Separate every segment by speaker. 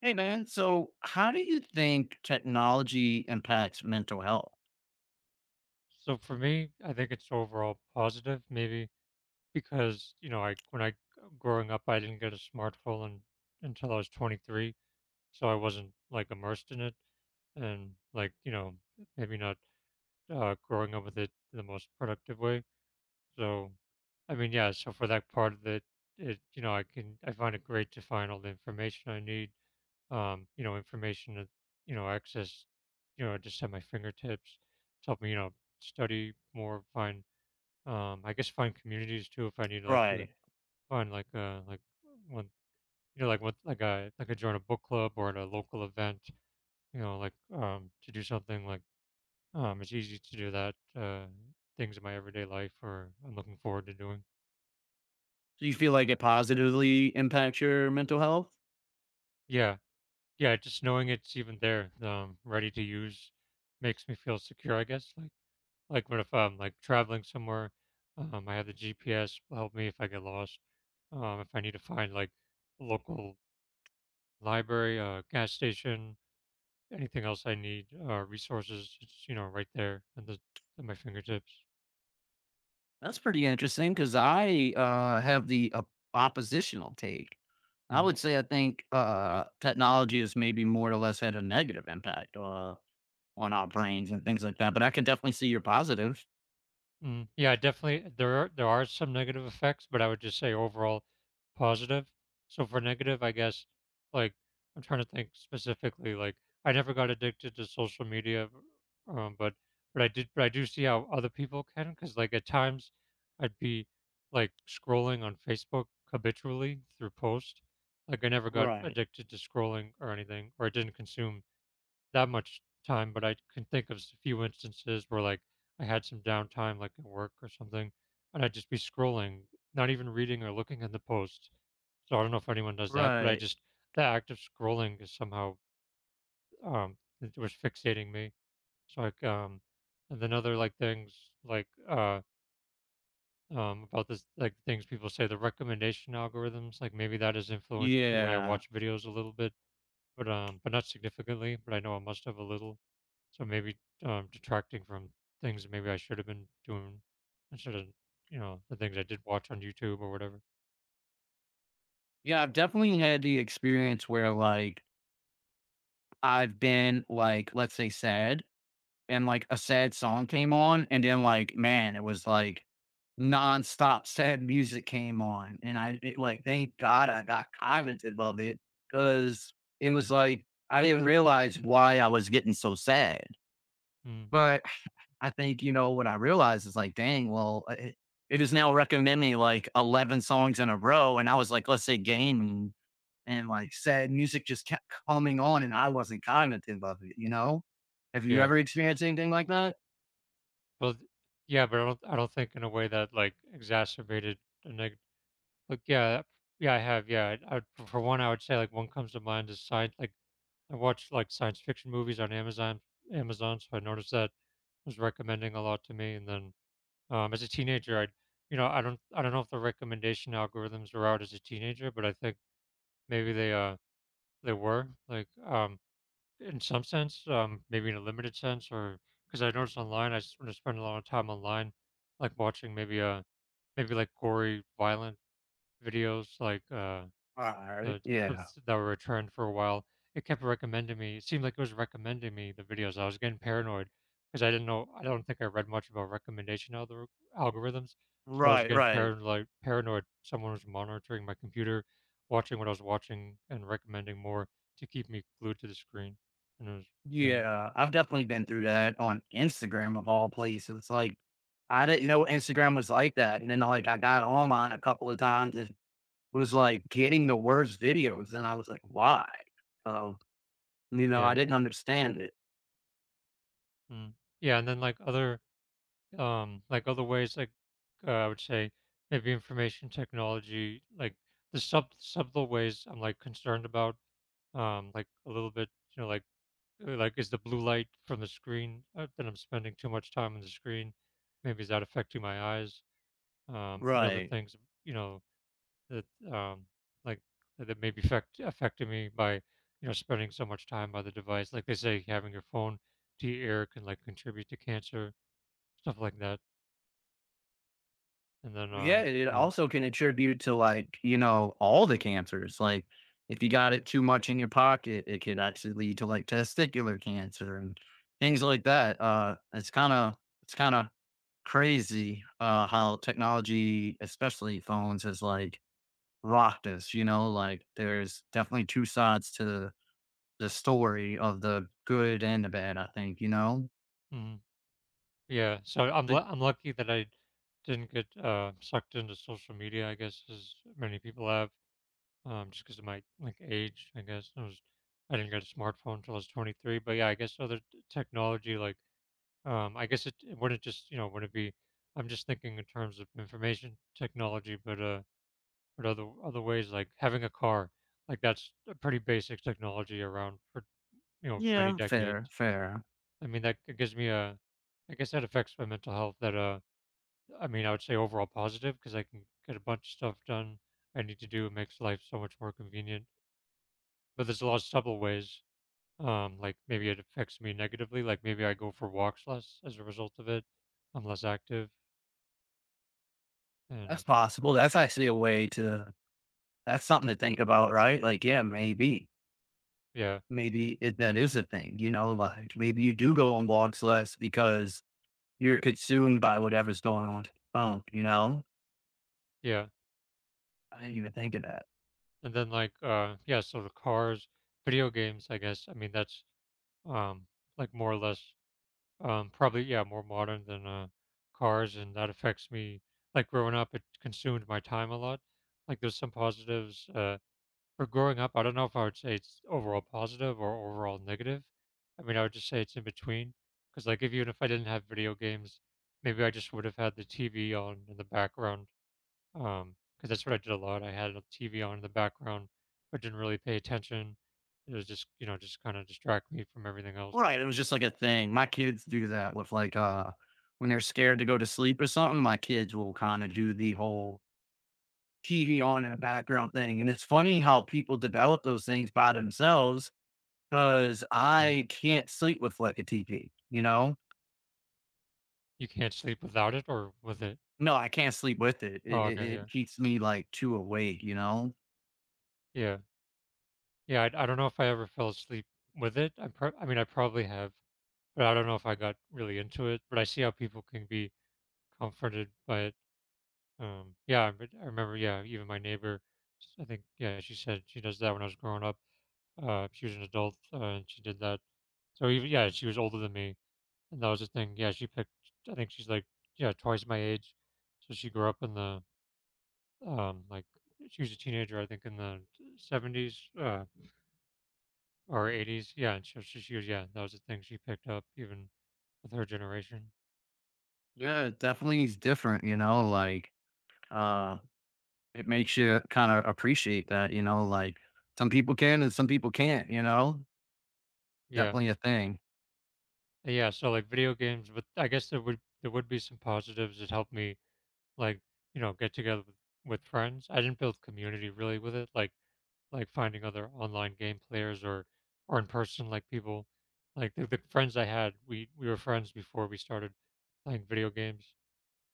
Speaker 1: Hey man, so how do you think technology impacts mental health?
Speaker 2: So for me, I think it's overall positive, maybe because I when I growing up, I didn't get a smartphone until I was 23, so I wasn't like immersed in it, and maybe not growing up with it the most productive way. So, I mean, yeah. So for that part of it, I can I find it great to find all the information I need. Information that access, just at my fingertips. It's helped me, study more, find I guess, find communities too if I need to, like,
Speaker 1: Right.
Speaker 2: find, like, like one, like what, like I join a book club or at a local event, like to do something, like, it's easy to do that, things in my everyday life or I'm looking forward to doing.
Speaker 1: Do you feel like it positively impacts your mental health?
Speaker 2: Yeah, yeah, just knowing it's even there, ready to use, makes me feel secure, I guess, like what if I'm, like, traveling somewhere. I have the GPS will help me if I get lost. If I need to find, like, local library, gas station, anything else I need, resources, it's, right there at the at my fingertips.
Speaker 1: That's pretty interesting because I have the oppositional take. I would say I think technology has maybe more or less had a negative impact on our brains and things like that, but I can definitely see your positives.
Speaker 2: Mm, yeah, definitely there are some negative effects, but I would just say overall positive. So for negative, I guess, like, I'm trying to think specifically, like, I never got addicted to social media, um but but I did but I do see how other people can, cuz like at times I'd be, like, scrolling on Facebook habitually through post. Like I never got
Speaker 1: Right.
Speaker 2: addicted to scrolling or anything, or I didn't consume that much time, but I can think of a few instances where, like, I had some downtime, like at work or something, and I'd just be scrolling, not even reading or looking at the posts. So I don't know if anyone does that, but I
Speaker 1: Right.
Speaker 2: just the act of scrolling is somehow, it was fixating me. So, like, and then other like things like about this, like things people say, the recommendation algorithms, like maybe that has influenced the way I
Speaker 1: Yeah.
Speaker 2: watch videos a little bit, but not significantly. But I know I must have a little, so maybe detracting from things that maybe I should have been doing instead of, the things I did watch on YouTube or whatever.
Speaker 1: Yeah, I've definitely had the experience where, like, I've been, like, let's say sad. And like a sad song came on, and then like, man, it was like nonstop sad music came on, and like thank God I got cognitive of it because it was like I didn't realize why I was getting so sad.
Speaker 2: Mm,
Speaker 1: But I think you know what I realized is like, dang, well, it is now recommending like 11 songs in a row, and I was like, let's say gaming. And like sad music just kept coming on, and I wasn't cognitive of it. You know, have you
Speaker 2: yeah,
Speaker 1: ever experienced anything like that?
Speaker 2: well, yeah, but I don't think in a way that, like, exacerbated the negative. Like, yeah, yeah, I have, yeah. I, for one, I would say, like, one comes to mind is science. Like, I watch like science fiction movies on Amazon, so I noticed that was recommending a lot to me, and then as a teenager, I, you know, I don't know if the recommendation algorithms were out as a teenager, but I think maybe they were like, in some sense, maybe in a limited sense, or because I noticed online, when I spend a lot of time online, like watching maybe, maybe like gory, violent videos, like,
Speaker 1: Right.
Speaker 2: the
Speaker 1: Yeah.
Speaker 2: subs that were returned for a while, it kept recommending me. It seemed like it was recommending me the videos. I was getting paranoid because I didn't know. I don't think I read much about recommendation algorithms, so I was
Speaker 1: Right,
Speaker 2: getting
Speaker 1: right.
Speaker 2: paranoid. Like, paranoid someone was monitoring my computer, watching what I was watching, and recommending more to keep me glued to the screen. And it was, yeah,
Speaker 1: Yeah, I've definitely been through that on Instagram of all places, like, I didn't know Instagram was like that, and then, like, I got online a couple of times and was, like, getting the worst videos, and I was like, "Why?" So, you know, I
Speaker 2: yeah,
Speaker 1: didn't understand it.
Speaker 2: mm, yeah. And then like other ways, like, I would say maybe information technology, like the subtle ways I'm, like, concerned about, like a little bit, like, like is the blue light from the screen, that I'm spending too much time on the screen? Maybe is that affecting my eyes? And other
Speaker 1: Right.
Speaker 2: things, you know, that um, like that may be affecting me by, spending so much time by the device. Like they say, having your phone to your ear can, like, contribute to cancer, stuff like that. And then
Speaker 1: Yeah, it
Speaker 2: yeah.
Speaker 1: also can attribute to like, you know, all the cancers. Like if you got it too much in your pocket, it could actually lead to like testicular cancer and things like that. It's kind of crazy how technology, especially phones has like rocked us, you know, like there's definitely two sides to the story of the good and the bad, I think, you know.
Speaker 2: Mhm. Yeah, so
Speaker 1: But
Speaker 2: I'm lucky that I didn't get, sucked into social media, I guess, as many people have, just because of my, like, age, I guess. I was I didn't get a smartphone until I was 23, but, yeah, I guess other t technology, like, I guess it wouldn't just, wouldn't be I'm just thinking in terms of information technology, but other ways, like having a car, like, that's a pretty basic technology around for, many
Speaker 1: yeah, fair,
Speaker 2: decades.
Speaker 1: fair.
Speaker 2: I mean, that gives me a I guess that affects my mental health that, I mean, I would say overall positive because I can get a bunch of stuff done I need to do. It makes life so much more convenient. But there's a lot of subtle ways. Like maybe it affects me negatively. Like maybe I go for walks less as a result of it. I'm less active,
Speaker 1: That's
Speaker 2: and
Speaker 1: possible. That's actually a way to. That's something to think about, right? Like, yeah, maybe,
Speaker 2: yeah,
Speaker 1: maybe it, that is a thing, you know, like maybe you do go on walks less because you're consumed by whatever's going on with your phone, you know?
Speaker 2: yeah.
Speaker 1: I didn't even think of that.
Speaker 2: And then, like, yeah. So the cars, video games. I guess, I mean, that's um like more or less probably, yeah, more modern than cars, and that affects me. Like growing up, it consumed my time a lot. Like, there's some positives. For growing up, I don't know if I would say it's overall positive or overall negative. I mean, I would just say it's in between. Because, like, if even if I didn't have video games, maybe I just would have had the TV on in the background. Because that's what I did a lot. I had a TV on in the background, but didn't really pay attention. It was just, just kind of distract me from everything else.
Speaker 1: Right. It was just like a thing. My kids do that with like, when they're scared to go to sleep or something, my kids will kind of do the whole TV on in the background thing. And it's funny how people develop those things by themselves because
Speaker 2: Mm.
Speaker 1: I can't sleep with like a TV, you know?
Speaker 2: You can't sleep without it or with it.
Speaker 1: No, I can't sleep with it. It
Speaker 2: Oh,
Speaker 1: it
Speaker 2: okay, yeah,
Speaker 1: it keeps me, like, too awake, you know?
Speaker 2: yeah, yeah. I don't know if I ever fell asleep with it. I, I mean, I probably have. But I don't know if I got really into it, but I see how people can be comforted by it. Yeah, but I remember, yeah, even my neighbor, I think, yeah, she said she does that when I was growing up. She was an adult, and she did that. So even, yeah, she was older than me, and that was the thing. Yeah, she picked. I think she's, like, yeah, twice my age. So she grew up in the like, she was a teenager, I think, in the 70s or 80s. Yeah, and so she was, yeah, that was the thing she picked up even with her generation.
Speaker 1: Yeah, it definitely is different, you know, like, uh, it makes you kinda appreciate that, you know, like, some people can and some people can't, you know?
Speaker 2: Yeah.
Speaker 1: Definitely a thing.
Speaker 2: Yeah, so like video games, but I guess there would be some positives. It helped me, like, get together with friends. I didn't build community really with it, like finding other online game players or in person like people. Like the friends I had, we were friends before we started playing video games.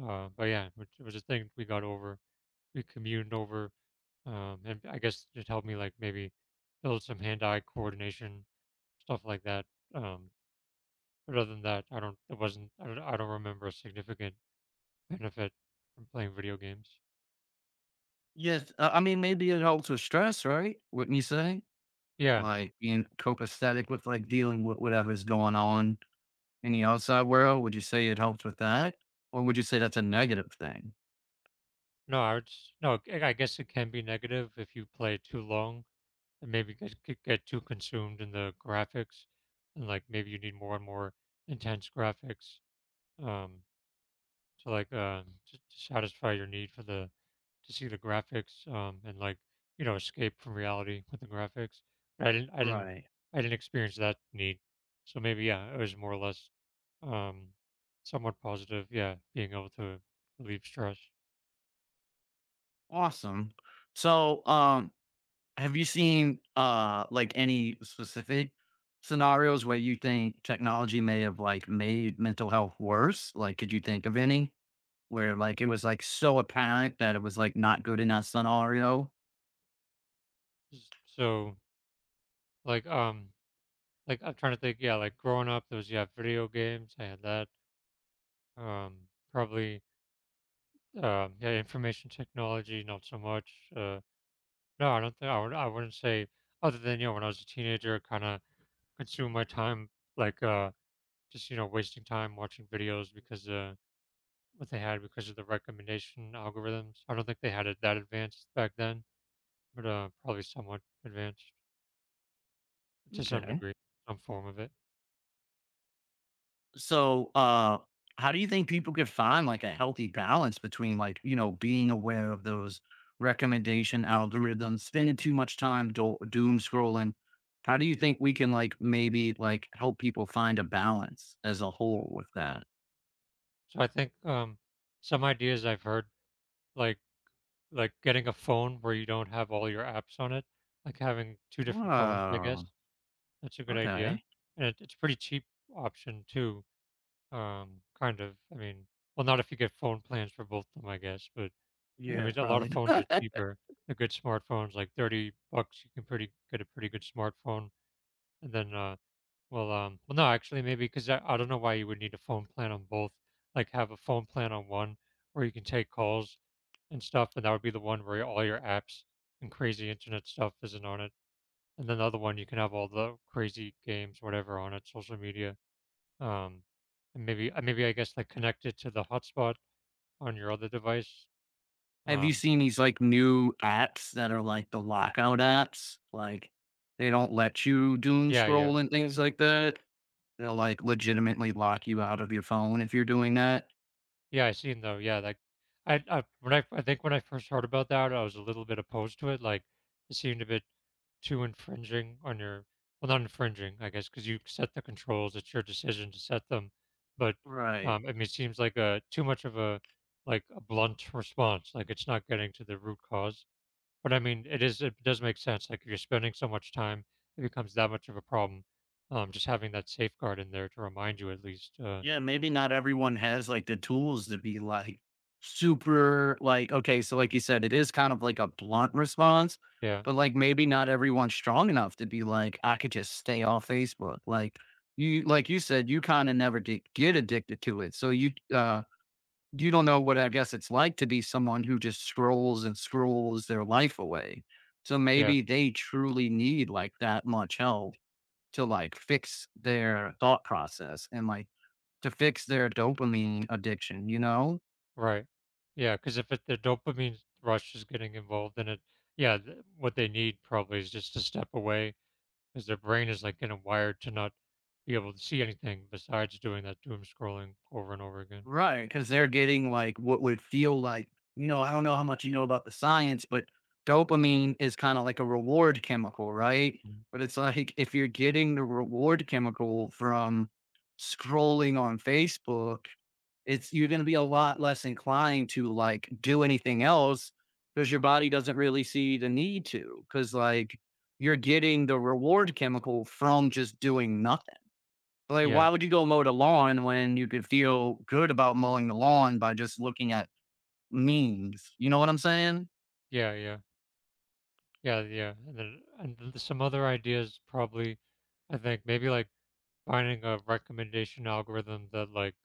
Speaker 2: But yeah, it, was a thing we got over. We communed over, and I guess it helped me, like, maybe build some hand-eye coordination, stuff like that. Um, but other than that, I don't. It wasn't. I don't remember a significant benefit from playing video games.
Speaker 1: Yes, I mean, maybe it helps with stress, right? Wouldn't you say?
Speaker 2: Yeah.
Speaker 1: Like, being copacetic with, like, dealing with whatever's going on in the outside world? Would you say it helped with that? Or would you say that's a negative thing?
Speaker 2: No, I would. No, I guess it can be negative if you play too long and maybe get too consumed in the graphics, and like maybe you need more and more intense graphics, um, to like to satisfy your need for the to see the graphics, and, like, escape from reality with the graphics. But
Speaker 1: Right.
Speaker 2: I didn't experience that need. So maybe, yeah, it was more or less um somewhat positive, yeah, being able to relieve stress.
Speaker 1: Awesome. So, have you seen like any specific scenarios where you think technology may have like made mental health worse? Like, could you think of any where like it was like so apparent that it was like not good in that scenario?
Speaker 2: So, like, like I'm trying to think, yeah, like growing up there was, yeah, video games, I had that. Probably yeah, information technology, not so much. No, I don't think I would I wouldn't say other than, when I was a teenager, kind of consume my time, like, just, wasting time watching videos because what they had because of the recommendation algorithms. I don't think they had it that advanced back then, but probably somewhat advanced to some
Speaker 1: Okay.
Speaker 2: degree, some form of it.
Speaker 1: So, how do you think people could find like a healthy balance between like, you know, being aware of those recommendation algorithms, spending too much time doom scrolling? How do you think we can like maybe like help people find a balance as a whole with that?
Speaker 2: So I think some ideas I've heard, like like getting a phone where you don't have all your apps on it, like having two different phones, I guess.
Speaker 1: Oh,
Speaker 2: That's a good idea.
Speaker 1: okay.
Speaker 2: And it, it's a pretty cheap option too. Kind of. I mean, well, not if you get phone plans for both of them, I guess, but I
Speaker 1: Yeah.
Speaker 2: mean, a lot of
Speaker 1: Probably.
Speaker 2: phones are cheaper. The good smartphones, like 30 bucks, you can pretty get a pretty good smartphone. And then, well, well, no, actually, maybe because I don't know why you would need a phone plan on both. Like, have a phone plan on one where you can take calls and stuff, and that would be the one where all your apps and crazy internet stuff isn't on it. And then the other one, you can have all the crazy games, whatever, on it, social media. Um, and maybe, maybe I guess, like, connect it to the hotspot on your other device.
Speaker 1: Have you
Speaker 2: Um,
Speaker 1: seen these like new apps that are like the lockout apps? Like they don't let you doom
Speaker 2: yeah, yeah.
Speaker 1: scroll and things like that. They'll like legitimately lock you out of your phone if you're doing that.
Speaker 2: Yeah, I seen though. Yeah, like, I when I think when I first heard about that, I was a little bit opposed to it. Like, it seemed a bit too infringing on your well, not infringing, I guess, because you set the controls. It's your decision to set them. But
Speaker 1: Right.
Speaker 2: I mean, it seems like a too much of a like a blunt response. Like, it's not getting to the root cause. But I mean, it is. It does make sense. Like, if you're spending so much time, it becomes that much of a problem. Just having that safeguard in there to remind you at least.
Speaker 1: Yeah, maybe not everyone has like the tools to be like super like okay, so like you said, it is kind of like a blunt response,
Speaker 2: Yeah,
Speaker 1: but like maybe not everyone's strong enough to be like, I could just stay off Facebook. Like you said, you kind of never did get addicted to it. So you you don't know what I guess it's like to be someone who just scrolls and scrolls their life away. So
Speaker 2: yeah.
Speaker 1: maybe they truly need like that much help to like fix their thought process and like to fix their dopamine addiction, you know?
Speaker 2: Right. Yeah, because if it the dopamine rush is getting involved in it, yeah, th what they need probably is just to step away, because their brain is, like, getting wired to not be able to see anything besides doing that doom scrolling over and over again.
Speaker 1: Right, because 'cause they're getting, like, what would feel like you know, I don't know how much you know about the science, but dopamine is kinda like a reward chemical, right?
Speaker 2: Mm.
Speaker 1: But it's like, if you're getting the reward chemical from scrolling on Facebook, it's you're gonna be a lot less inclined to, like, do anything else because your body doesn't really see the need to. Because like, you're getting the reward chemical from just doing nothing. Like,
Speaker 2: Yeah.
Speaker 1: why would you go mow the lawn when you could feel good about mowing the lawn by just looking at memes? You know what I'm saying?
Speaker 2: Yeah, yeah. Yeah, yeah, and then some other ideas probably, I think, maybe, like, finding a recommendation algorithm that, like,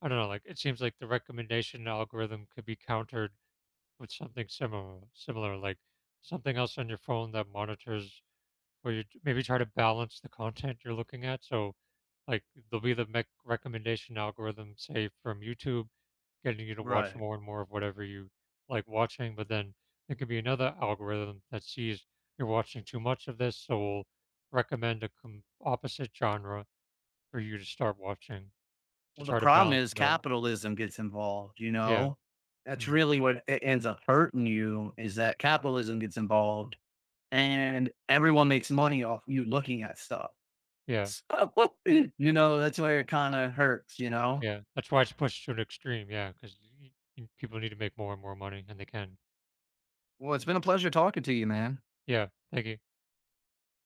Speaker 2: I don't know, like, it seems like the recommendation algorithm could be countered with something similar, like something else on your phone that monitors or you maybe try to balance the content you're looking at, so like there'll be the recommendation algorithm, say, from YouTube getting you to watch
Speaker 1: Right.
Speaker 2: more and more of whatever you like watching, but then there could be another algorithm that sees you're watching too much of this so will recommend a opposite genre for you to start watching to
Speaker 1: Well, the
Speaker 2: try to
Speaker 1: problem
Speaker 2: balance
Speaker 1: is
Speaker 2: it out.
Speaker 1: capitalism gets involved, you
Speaker 2: Yeah,
Speaker 1: know? That's
Speaker 2: mm,
Speaker 1: really what it ends up hurting you is that capitalism gets involved and everyone makes money off you looking at stuff.
Speaker 2: yeah.
Speaker 1: So, you know, that's where it kind of hurts, you know?
Speaker 2: Yeah, that's why it's pushed to an extreme. Yeah, because people need to make more and more money, and they can.
Speaker 1: Well, it's been a pleasure talking to you, man.
Speaker 2: Yeah, thank you.